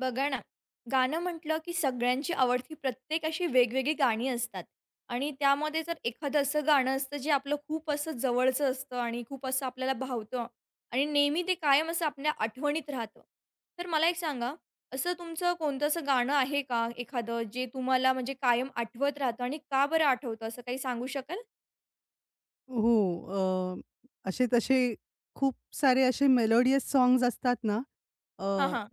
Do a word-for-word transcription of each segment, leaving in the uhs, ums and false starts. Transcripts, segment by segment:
बघा ना, गाणं म्हटलं की सगळ्यांची आवडती प्रत्येक अशी वेगवेगळी गाणी असतात आणि त्यामध्ये जर एखादं असं गाणं असतं जे आपलं खूप असं जवळचं असतं आणि खूप असं आपल्याला भावतं आणि नेहमी ते कायम असं आपल्या आठवणीत राहतं. तर मला एक सांगा, असं तुमचं कोणतं असं गाणं आहे का एखादं जे तुम्हाला म्हणजे कायम आठवत राहतं आणि का बरं आठवतं असं काही सांगू शकाल? हो. अ, असे तसे खूप सारे असे मेलोडियस सॉन्ग्स असतात ना, अ, हां, हां.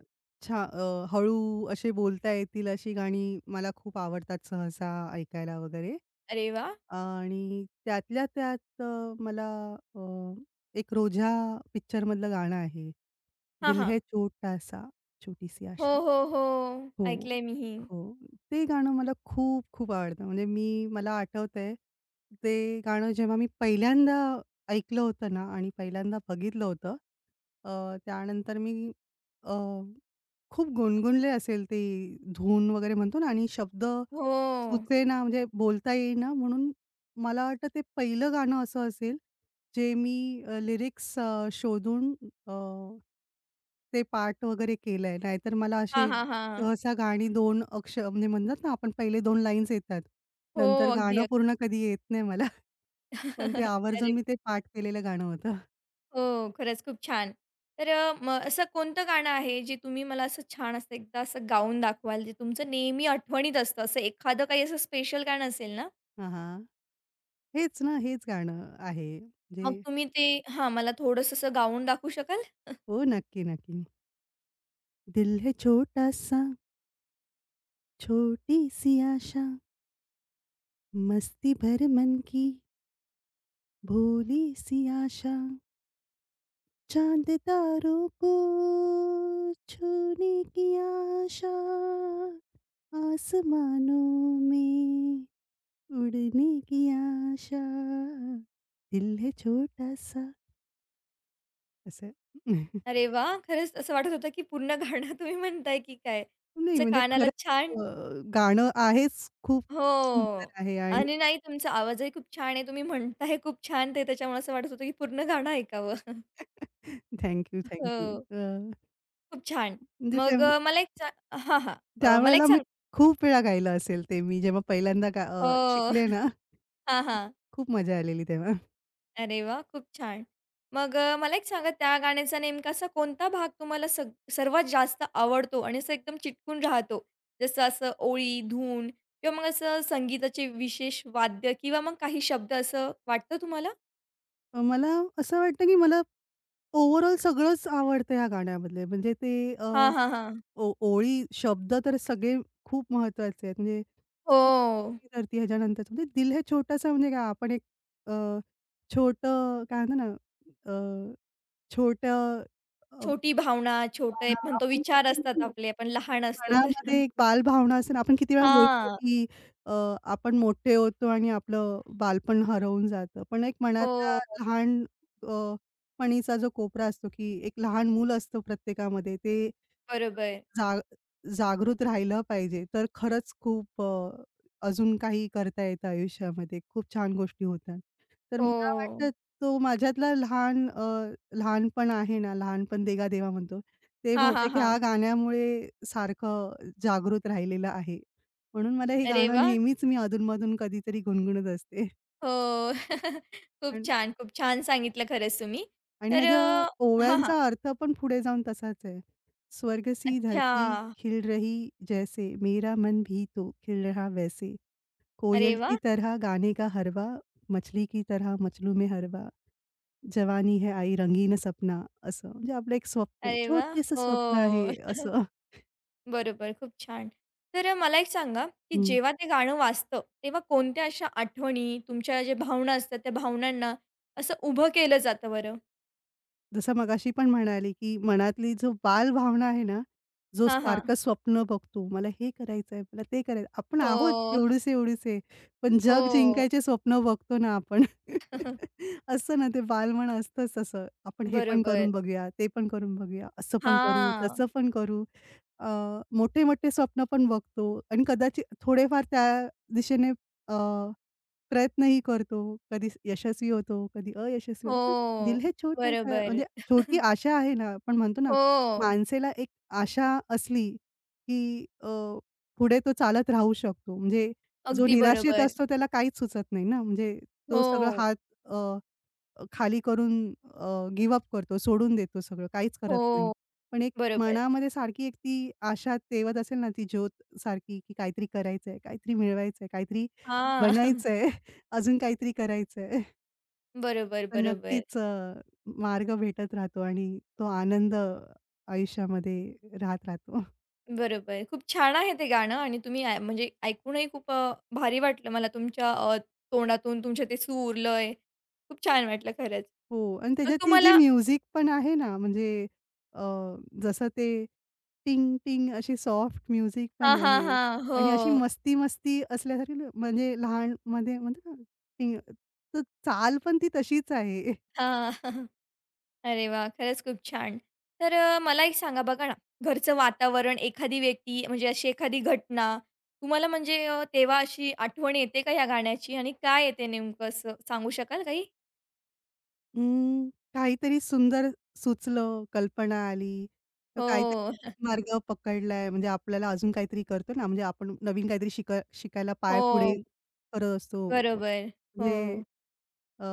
छा अ, हळू असे बोलता येतील अशी गाणी मला खूप आवडतात सहसा ऐकायला वगैरे. अरे वाह! आणि त्यातल्या त्यात अ, मला अ, एक रोझ्या पिक्चरमधलं गाणं आहे. हां, दिल हां. है छोटासा, छोटी सी हो, आशा. हो, हो. हो, ऐकलंय मीही. हो. ते गाणं मला खूप, खूप आवडतं. म्हणजे मी मला आठवतंय, ते गाणं जेव्हा मी पहिल्यांदा ऐकलं होतं ना आणि पहिल्यांदा बघितलं होतं, अ, त्यानंतर मी अ खूप गुणगुणले असेल ते धून वगैरे म्हणतो ना आणि शब्द हो. सुचेना म्हणजे बोलता येईना म्हणून मला वाटतं ते पहिलं गाणं असं असेल जे मी लिरिक्स शोधून अ, ते पाठ वगैरे केलंय. नाहीतर मला अशी हां, हां, हां. सहसा गाणी दोन अक्ष म्हणजे म्हणतात ना आपण पहिले दोन लाईन्स येतात. हो, नंतर गाणं अगदी. पूर्ण कधी येत नाही मला. पण ते अरे आवर्जून मी ते पाठ केलेलं गाणं होतं. हो, खरंच खूप छान. तर अ, मग असं कोणतं गाणं आहे जे तुम्ही मला असं छान असं एकदा असं गाऊन दाखवाल, जे तुमचं नेहमी आठवणीत असतं, असं एखादं काही असं स्पेशल गाणं असेल ना, हां, हां. हेच ना, हेच गाणं आहे. म्हणजे मग तुम्ही ते हां, मला थोडंसं असं गाऊन दाखवू शकाल? हो, नक्की, नक्की. दिल है छोटा सा छोटी सी आशा मस्ती भर मन की भोली सी आशा चांद तारों को छूने की आशा आसमानों में उड़ने की आशा दिल है छोटा सा असं. अरे वाह! खरंच असं वाटत होतं, की पूर्ण गाणं तुम्ही म्हणताय की काय? नाही असं म्हणजे कानाला खरंच छान अ, गाणं आहेच खूप सुंदर हो. आहे आणि आणि नाही तुमचा आवाजही खूप छान आहे, तुम्ही म्हणताय खूप छान ते त्याच्यामुळे असं वाटत होतं, की पूर्ण गाणं ऐकावं. थँक यू, हो. खूप छान. म्हणजे ते मग अ, मला एक सा हां, हां. अ, मला एक त्यावेळेला मी सांग खूप वेळा गायलं असेल ते मी जेव्हा पहिल्यांदा गा हो. अ, शिकले ना, हां, हां. खूप मजा आलेली तेव्हा. अरे वाह! खूप छान. मग अ, मला एक सांगा त्या गाण्याचा नेमका असा कोणता भाग तुम्हाला सग सर्वात जास्त आवडतो आणि असं एकदम चिटकून राहतो? जसं असं ओळी, धून किंवा मग असं संगीताचे विशेष वाद्य किंवा मग काही शब्द असं वाटतं तुम्हाला? अ, मला असं वाटतं, की मला ओव्हरऑल सगळंच आवडतं या गाण्यामधले. म्हणजे ते अ, हां, हां, हां. ओ ओळी, शब्द तर सगळे खूप महत्वाचे आहेत. म्हणजे हो. सरती धरती ह्याच्यानंतर म्हणजे दिल हे छोटंसं म्हणजे काय आपण एक अ, छोटं काय म्हणतो ना, अ, छोटं. छोटी भावना, हां, छोटे हां. म्हणतो आपण विचार कसं असतात म्हणतो ना, आपले, आपण एक लहान असतो तर. मनामध्ये एक बालभावना असते ना, आपण किती वेळा बोलतो, हां. की अ, आपण मोठे होतो आणि आपलं बालपण हरवून जातं. पण एक मनातला हो. लहान अ, पणीचा जो कोपरा असतो, की एक लहान मूल असतं प्रत्येकामध्ये ते बरोबर. जाग जागृत राहिलं पाहिजे. तर खरंच खूप अ, अजून काही करता येतं आयुष्यामध्ये. खूप छान गोष्टी होतात. तर हो. मला वाटतं तो माझ्यातला लहान अ, लहानपण आहे ना, लहानपण देगा देवा म्हणतो, ते हां, हां, बहुतेक ह्या हां. गाण्यामुळे सारखं जागृत राहिलेलं आहे. म्हणून मला हे अरे गाणं वाह! नेहमीच मी अधून कधीतरी गुणगुणत असते. हो. खूप आणि छान, खूप छान सांगितलं खरंच तुम्ही. आणि तर ह्याच्या अ, हां, हां. ओव्यांचा अर्थ पण पुढे जाऊन तसाच आहे. स्वर्ग सी अच्छा. धरती खिल रही जैसे, मेरा मन भी तो खिल रहा वैसे, अरे कोयल वाह! की तरह गाने का हरवा, मछली की तरह मजनू में हरवा, जवानी है आई रंगीन सपना, असं म्हणजे आपलं एक स्वप्न आहे. अरे वाह! छोटेसं स्वप्न हो. आहे असं. बरोबर, खूप छान. तर अ, मला एक सांगा, की हं. जेव्हा ते गाणं वाजतं, तेव्हा कोणत्या अशा आठवणी, तुमच्या ज्या भावना असतात, त्या भावनांना असं उभं केलं जातं बरं? जसं मगाशी पण म्हणाले, की मनातली जो बालभावना आहे ना, जो हां, हां. सारखं स्वप्न बघतो, मला हे करायचंय, मला ते करायचं आपण आहोत हो, एवढेसे-एवढेसे, पण जग हो. जिंकायचे स्वप्न बघतो ना आपण. असतं ना ते बालमन असतंच तसं. आपण हे पण बरोबर. करून बघूया, ते पण करून बघूया, असं पण करू, हां. तसं पण करू. अ, मोठे-मोठे स्वप्न पण बघतो आणि कदाचित थोडेफार त्या दिशेने अ, प्रयत्नही करतो. कधी यशस्वी होतो, कधी अयशस्वी होतो. पण दिल हो. है छोटा सा बरोबर. म्हणजे छोटी आशा आहे ना, आपण म्हणतो ना, हो. माणसेला एक आशा असली, की अ, पुढे तो चालत राहू शकतो. म्हणजे जो अगदी निराशेत बरोबर. असतो त्याला काहीच सुचत नाही ना, म्हणजे तो हो. सगळं हात अ, खाली करून अ, करतो, सोडून देतो सगळं, काहीच करत नाही. हो, पण एक बरोबर. मनामध्ये सारखी एक ती आशा तेवत असेल ना, ती ज्योत सारखी, की काहीतरी करायचंय, काहीतरी मिळवायचंय, काहीतरी हां. बनायचंय, अजून काहीतरी करायचंय. बरोबर, तर बरोबर, नक्कीच अ, मार्ग भेटत राहतो आणि तो आनंद आयुष्यामध्ये राहत राहतो. बरोबर. खूप छान आहे ते गाणं आणि तुम्ही आय म्हणजे ऐकूनही खूप अ, भारी वाटलं मला तुमच्या अ, तोंडातून तुमचे ते सूर, लय खूप छान वाटलं खरंच. हो आणि मग त्याच्यात ती जी तुम्हाला म्युझिक पण आहे ना, म्हणजे अ, जसं ते टिंग-टिंग अशी सॉफ्ट म्युझिक हां, पण हां, आहे हां. हो. आणि अशी मस्ती-मस्ती असल्यासारखी ल- म्हणजे लहानमध्ये म्हणतो ना, टिंग, तर चाल पण ती तशीच आहे. हां. अरे वाह! खरंच खूप छान. तर अ, मला एक सांगा बघा ना, घरचं वातावरण, एखादी व्यक्ती म्हणजे अशी एखादी घटना तुम्हाला म्हणजे अ, तेव्हा अशी आठवण येते का या गाण्याची आणि काय येते नेमकं असं सांगू शकाल काही? अं, काहीतरी सुंदर सुचलं, कल्पना आली, तर काहीतरी हो. नवीन मार्ग पकडलाय म्हणजे आपल्याला अजून काहीतरी करतो ना, म्हणजे आपण नवीन काहीतरी शिका शिकायला पाय हो, पुढे करत असतो. बरोबर. हो, म्हणजे अ,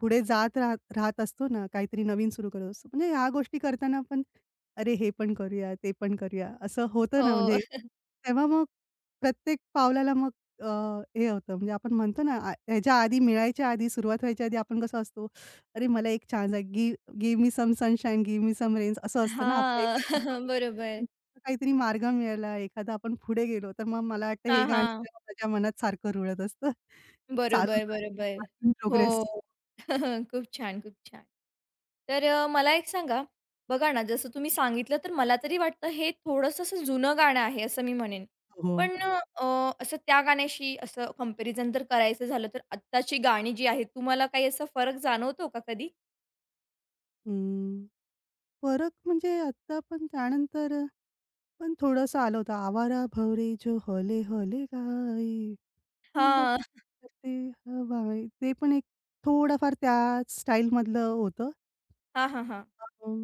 पुढे जात राहत राहत असतो ना, काहीतरी नवीन सुरू करत असतो. म्हणजे ह्या गोष्टी करताना आपण, "अरे, हे पण करूया, ते पण करूया," असं होतं ना हो. म्हणजे तेव्हा मग प्रत्येक पावलाला मग अ, हे होतं म्हणजे आपण म्हणतो ना, आ ह्याच्या आधी मिळायच्या आधी, सुरुवात व्हायच्या आधी आपण कसं असतो, "अरे, मला एक चान्स आहे. Give give me some sunshine, give me some rains," असं असतं ना आपलं हां, एक आधी पाऊल. बरोबर. पण काहीतरी मार्ग मिळाला, एखादा आपण पुढे गेलो, तर मग मला वाटतं हे हां, गाणं हां. तेव्हा माझ्या मनात सारखं रुळत असतं. चालूच बरोबर, बरोबर. प्रोग्रेस. हो. खूप छान, खूप छान. तर अ, मला एक सांगा, बघा ना, जसं तुम्ही सांगितलं, तर मला तरी वाटतं हे थोडंसं असं जुनं गाणं आहे, असं मी म्हणेन. हो. पण अ, असं त्या गाण्याशी असं कंपॅरिझन जर करायचं झालं, तर आत्ताची गाणी जी आहेत, तुम्हाला काही असा फरक जाणवतो का कधी? अं, फरक म्हणजे आता पण त्यानंतर पण थोडंसं आलं होतं. "आवारा भवरे जो हले हले गाई, फुलं हां. करते हवाई." ते पण एक थोडाफार त्या स्टाईलमधलं होतं. हां, हां, हां. अं,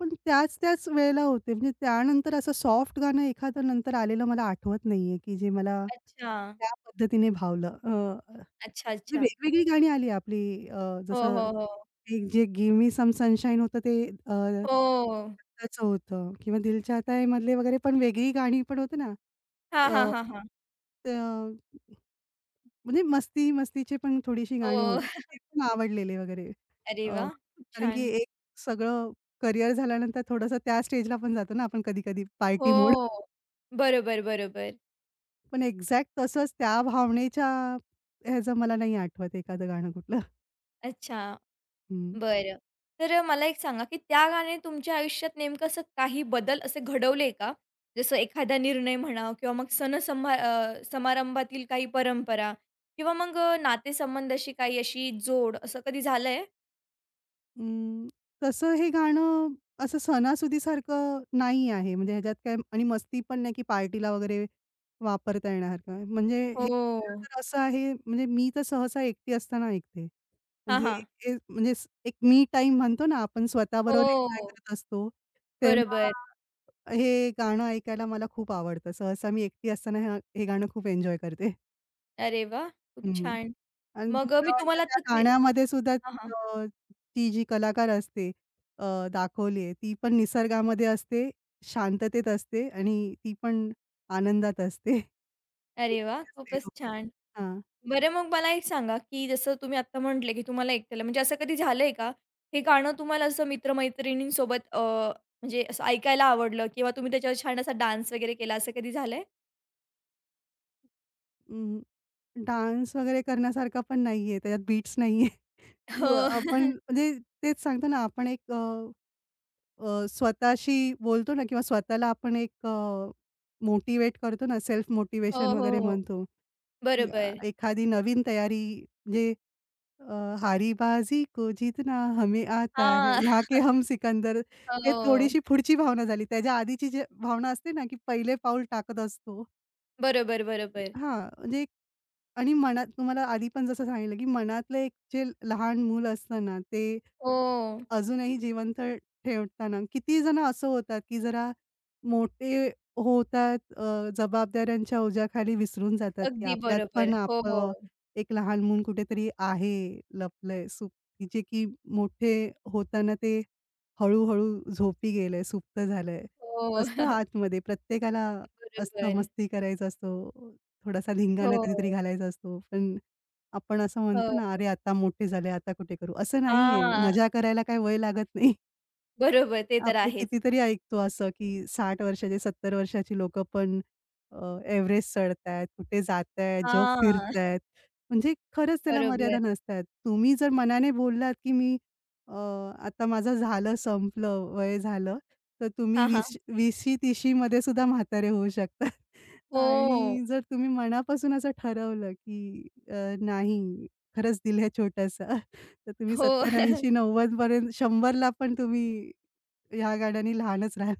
पण त्याच-त्याच वेळेला होते. म्हणजे त्यानंतर असं सॉफ्ट गाणं एखादं नंतर आलेलं मला आठवत नाहीये, की जे मला अच्छा. त्या पद्धतीने भावलं. अ, अच्छा, जी अच्छा. वेगवेगळी गाणी आली आपली, अ, हो, जसं हो, हो. एक जे "गिव्ह मी सम सनशाईन" होतं, ते अ, हो. दत्ताचं होतं किंवा "दिल चाहता है" मधले वगैरे पण वेगळी गाणी पण होती ना. हां, अ, हां, हां, हां. म्हणजे मस्ती, मस्तीचे पण थोडीशी गाणी होती. हो. ते पण आवडलेले वगैरे. अरे अ, वाह! खूप कारण की छान. एक सगळं करियर झाल्यानंतर थोडंसं त्या स्टेजला पण जातो ना आपण कधी-कधी पार्टी मोड. हो. बरोबर, बरोबर. पण एक्झॅक्ट तसंच त्या भावनेच्या ह्याचं मला नाही आठवत एखादं गाणं कुठलं. अच्छा, हं. बरं. तर मला एक सांगा, की त्या गाण्याने तुमच्या आयुष्यात नेमकं असं काही बदल असे घडवले का? जसं एखादा निर्णय म्हणा किंवा मग सण समा अ, समारंभातील काही परंपरा किंवा मग अ, नातेसंबंधाशी काही अशी जोड असं कधी झालंय? अं, तसं हे गाणं असं सणासुदीसारखं नाही आहे. म्हणजे ह्याच्यात काय आणि मस्ती पण नाही, की पार्टीला वगैरे वापरता येणार का? म्हणजे हे हो. गाणं तर असं आहे म्हणजे मी तर सहसा एकटी असताना ऐकते. हां, म्हणजे हां. हे म्हणजे स- एक मी टाईम म्हणतो ना आपण स्वतःबरोबर एन्जॉय हो. करत असतो, तेव्हा बरोबर. हे गाणं ऐकायला मला खूप आवडतं. सहसा मी एकटी असताना हे हे गाणं खूप एन्जॉय करते. अरे वाह! खूप छान. आणि मग अ, मी मला वाटतं तुम्हाला त्या तर ते गाण्यामध्ये सुद्धा हां, हां. अ, ती जी कलाकार असते अ, दाखवली आहे, ती पण निसर्गामध्ये असते, शांततेत असते आणि ती पण आनंदात असते. अरे एकटी वा, असते. खूपच हो. छान. हां. बरं मग मला एक सांगा, की जसं तुम्ही आत्ता म्हटले, की तुम्हाला एकट्याला म्हणजे असं कधी झालंय का? हे गाणं तुम्हाला असं मित्र-मैत्रिणींसोबत अ, म्हणजे असं ऐकायला आवडलं किंवा तुम्ही त्याच्यावर छान असा डान्स वगैरे केला, असं कधी झालंय? अं, डान्स वगैरे करण्यासारखा पण नाहीये, त्याच्यात बीट्स नाहीये. हो. व आपण म्हणजे तेच सांगतो ना, आपण एक अ, अ, स्वतःशी बोलतो ना किंवा स्वतःला आपण एक अ, मोटिव्हेट करतो ना, सेल्फ हो, मोटिव्हेशन हो, वगैरे हो. म्हणतो. या बरोबर. एखादी नवीन तयारी म्हणजे अ, हारी बाजी को जीतना हमें आता है, हां. यहाँ के हम सिकंदर, हे हो. थोडीशी पुढची भावना झाली. त्याच्या आधीची जी भावना असते ना, की पहिले पाऊल टाकत असतो. बरोबर, बरोबर. हां, म्हणजे एक- आणि मनात तुम्हाला आधी पण जसं सांगितलं, की मनातलं एक जे लहान मूल असतं ना, ते हो. अजूनही जिवंत ठेवताना किती जण असं होतात, की जरा मोठे होतात, अ, जबाबदाऱ्यांच्या ओझ्याखाली विसरून जातात, की अगदी आपल्यात पण बरोबर. हो, आप हो. एक लहान मूल कुठेतरी आहे लपलंय, सुप जे की मोठे होताना ते हळू-हळू झोपी गेलंय, सुप्त झालंय. असतं आतमध्ये प्रत्येकाला असतं, बरोबर. मस्ती करायचा असतो, थोडासा हो, धिंगाणा कधीतरी घालायचा असतो. पण आपण असं म्हणतो हो. ना, "अरे, आता मोठे झाले, आता कुठे करू?" असं नाहीये. हां. मजा करायला काही वय लागत नाही. बरोबर. ते तर आपले आहेच. कितीतरी ऐकतो असं, की साठ वर्षाचे, सत्तर वर्षाची लोकं पण अ, एव्हरेस्ट चढतायत, कुठे जातायत, जग हां. फिरतायत. म्हणजे खरंच त्याला बरोबर. मर्यादा नसतात. तुम्ही जर मनाने बोललात, की मी अ, आता माझं झालं, संपलं, वय झालं, तर तुम्ही हां, हां. वीस 20शी-30शी मध्ये सुद्धा म्हातारे होऊ शकता. हो. आणि जर तुम्ही मनापासून असं ठरवलं, की अ, नाही, खरंच दिल है छोटासा, तर तुम्ही हो. सत्तर ऐंशी-नव्वद पर्यंत शंभर पण तुम्ही ह्या गाड्यांनी लहानच राहील.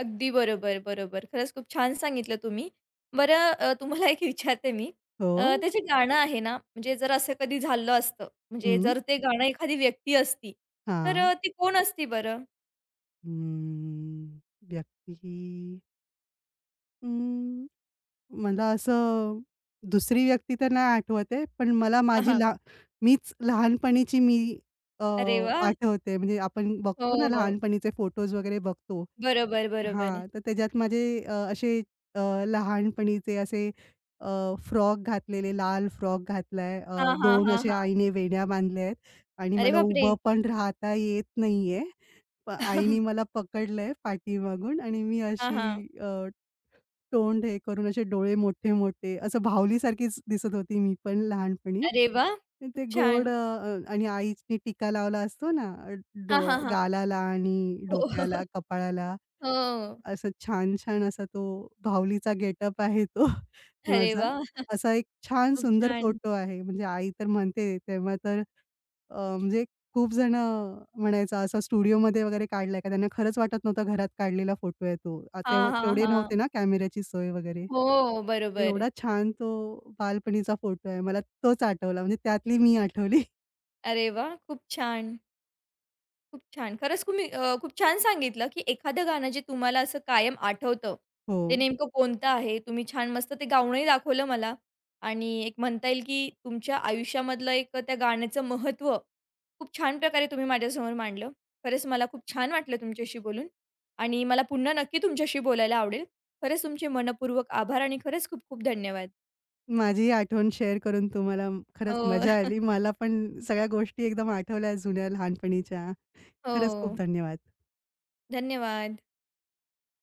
अगदी बरोबर, बरोबर. खरंच खूप छान सांगितलं तुम्ही. बरं अ, तुम्हाला एक विचारते मी. अ, हो. ते जे गाणं आहे ना, म्हणजे जर असं कधी झालं असतं, म्हणजे हं. जर ते गाणं एखादी व्यक्ती असती, तर हां. अ, ती कोण असती बरं? हम्म. व्यक्ती हं, मला असं दुसरी व्यक्ती तर नाही आठवत आहे. पण मला हां, माझी हां. लहा मीच लहानपणीची मी अ, अरे वाह! आठवते. म्हणजे आपण हो, बघतो ना हो. लहानपणीचे फोटोज वगैरे बघतो. बरोबर, बरोबर. हां, तर त्याच्यात माझे अ, असे अ, लहानपणीचे असे, अ, फ्रॉक घातलेले, लाल फ्रॉक घातलाय. हां, अ, हां, दोन हां, असे हां. आईने वेण्या बांधल्या आहेत आणि अरे मला बापरे! उभं पण राहता येत नाहीये. प आईने मला पकडलंय पाठीमागून आणि मी हां, अशी हां. अ, तोंड हे करून असे डोळे मोठे-मोठे असं बाहुलीसारखीच दिसत होती मी पण लहानपणी. अरे वाह! तर खूप ते गोड, छान. अ, आणि आईने टीका लावला असतो ना, अ, डो हां, हां, हां. गालाला आणि हो. डोक्याला, कपाळाला. हो. असा छान-छान असा तो बाहुलीचा गेटअप आहे तो अरे माझा. वाह! असा एक छान खूप सुंदर छान. फोटो आहे. म्हणजे आई तर म्हणते तेव्हा तर अ, म्हणजे खूप जण म्हणायचं असा स्टुडिओमध्ये वगैरे काढलाय का? त्यांना खरंच वाटत नव्हतं घरात काढलेला फोटो आहे तो. अ, हां, तेव हां, तेवढे नव्हते हां. ना कॅमेऱ्याची सोय वगैरे. म्हणजे हो, बरोबर. एवढा छान तो बालपणीचा फोटो आहे. मला तोच आठवला म्हणजे त्यातली मी आठवली. अरे वाह! खूप छान, खूप छान. खरंच तुम्ही अ, खूप छान सांगितलं, की एखादं गाणं जे तुम्हाला असं कायम आठवतं, हो. ते नेमकं कोणतं आहे? तुम्ही छान मस्त ते गाऊनही दाखवलं मला आणि एक म्हणता येईल, की तुमच्या आयुष्यामधलं एक त्या गाण्याचं महत्त्व खूप छान प्रकारे तुम्ही माझ्यासमोर मांडलं. खरंच मला खूप छान वाटलं तुमच्याशी बोलून आणि मला पुन्हा नक्की तुमच्याशी बोलायला आवडेल. खरंच तुमचे मनःपूर्वक आभार आणि खरंच खूप खूप धन्यवाद. माझीही आठवण शेअर करून तुम्हाला हो, खरंच मजा हो. आली. मला पण सगळ्या गोष्टी एकदम आठवल्या जुन्या लहानपणीच्या. खरंच खूप हो, धन्यवाद. धन्यवाद.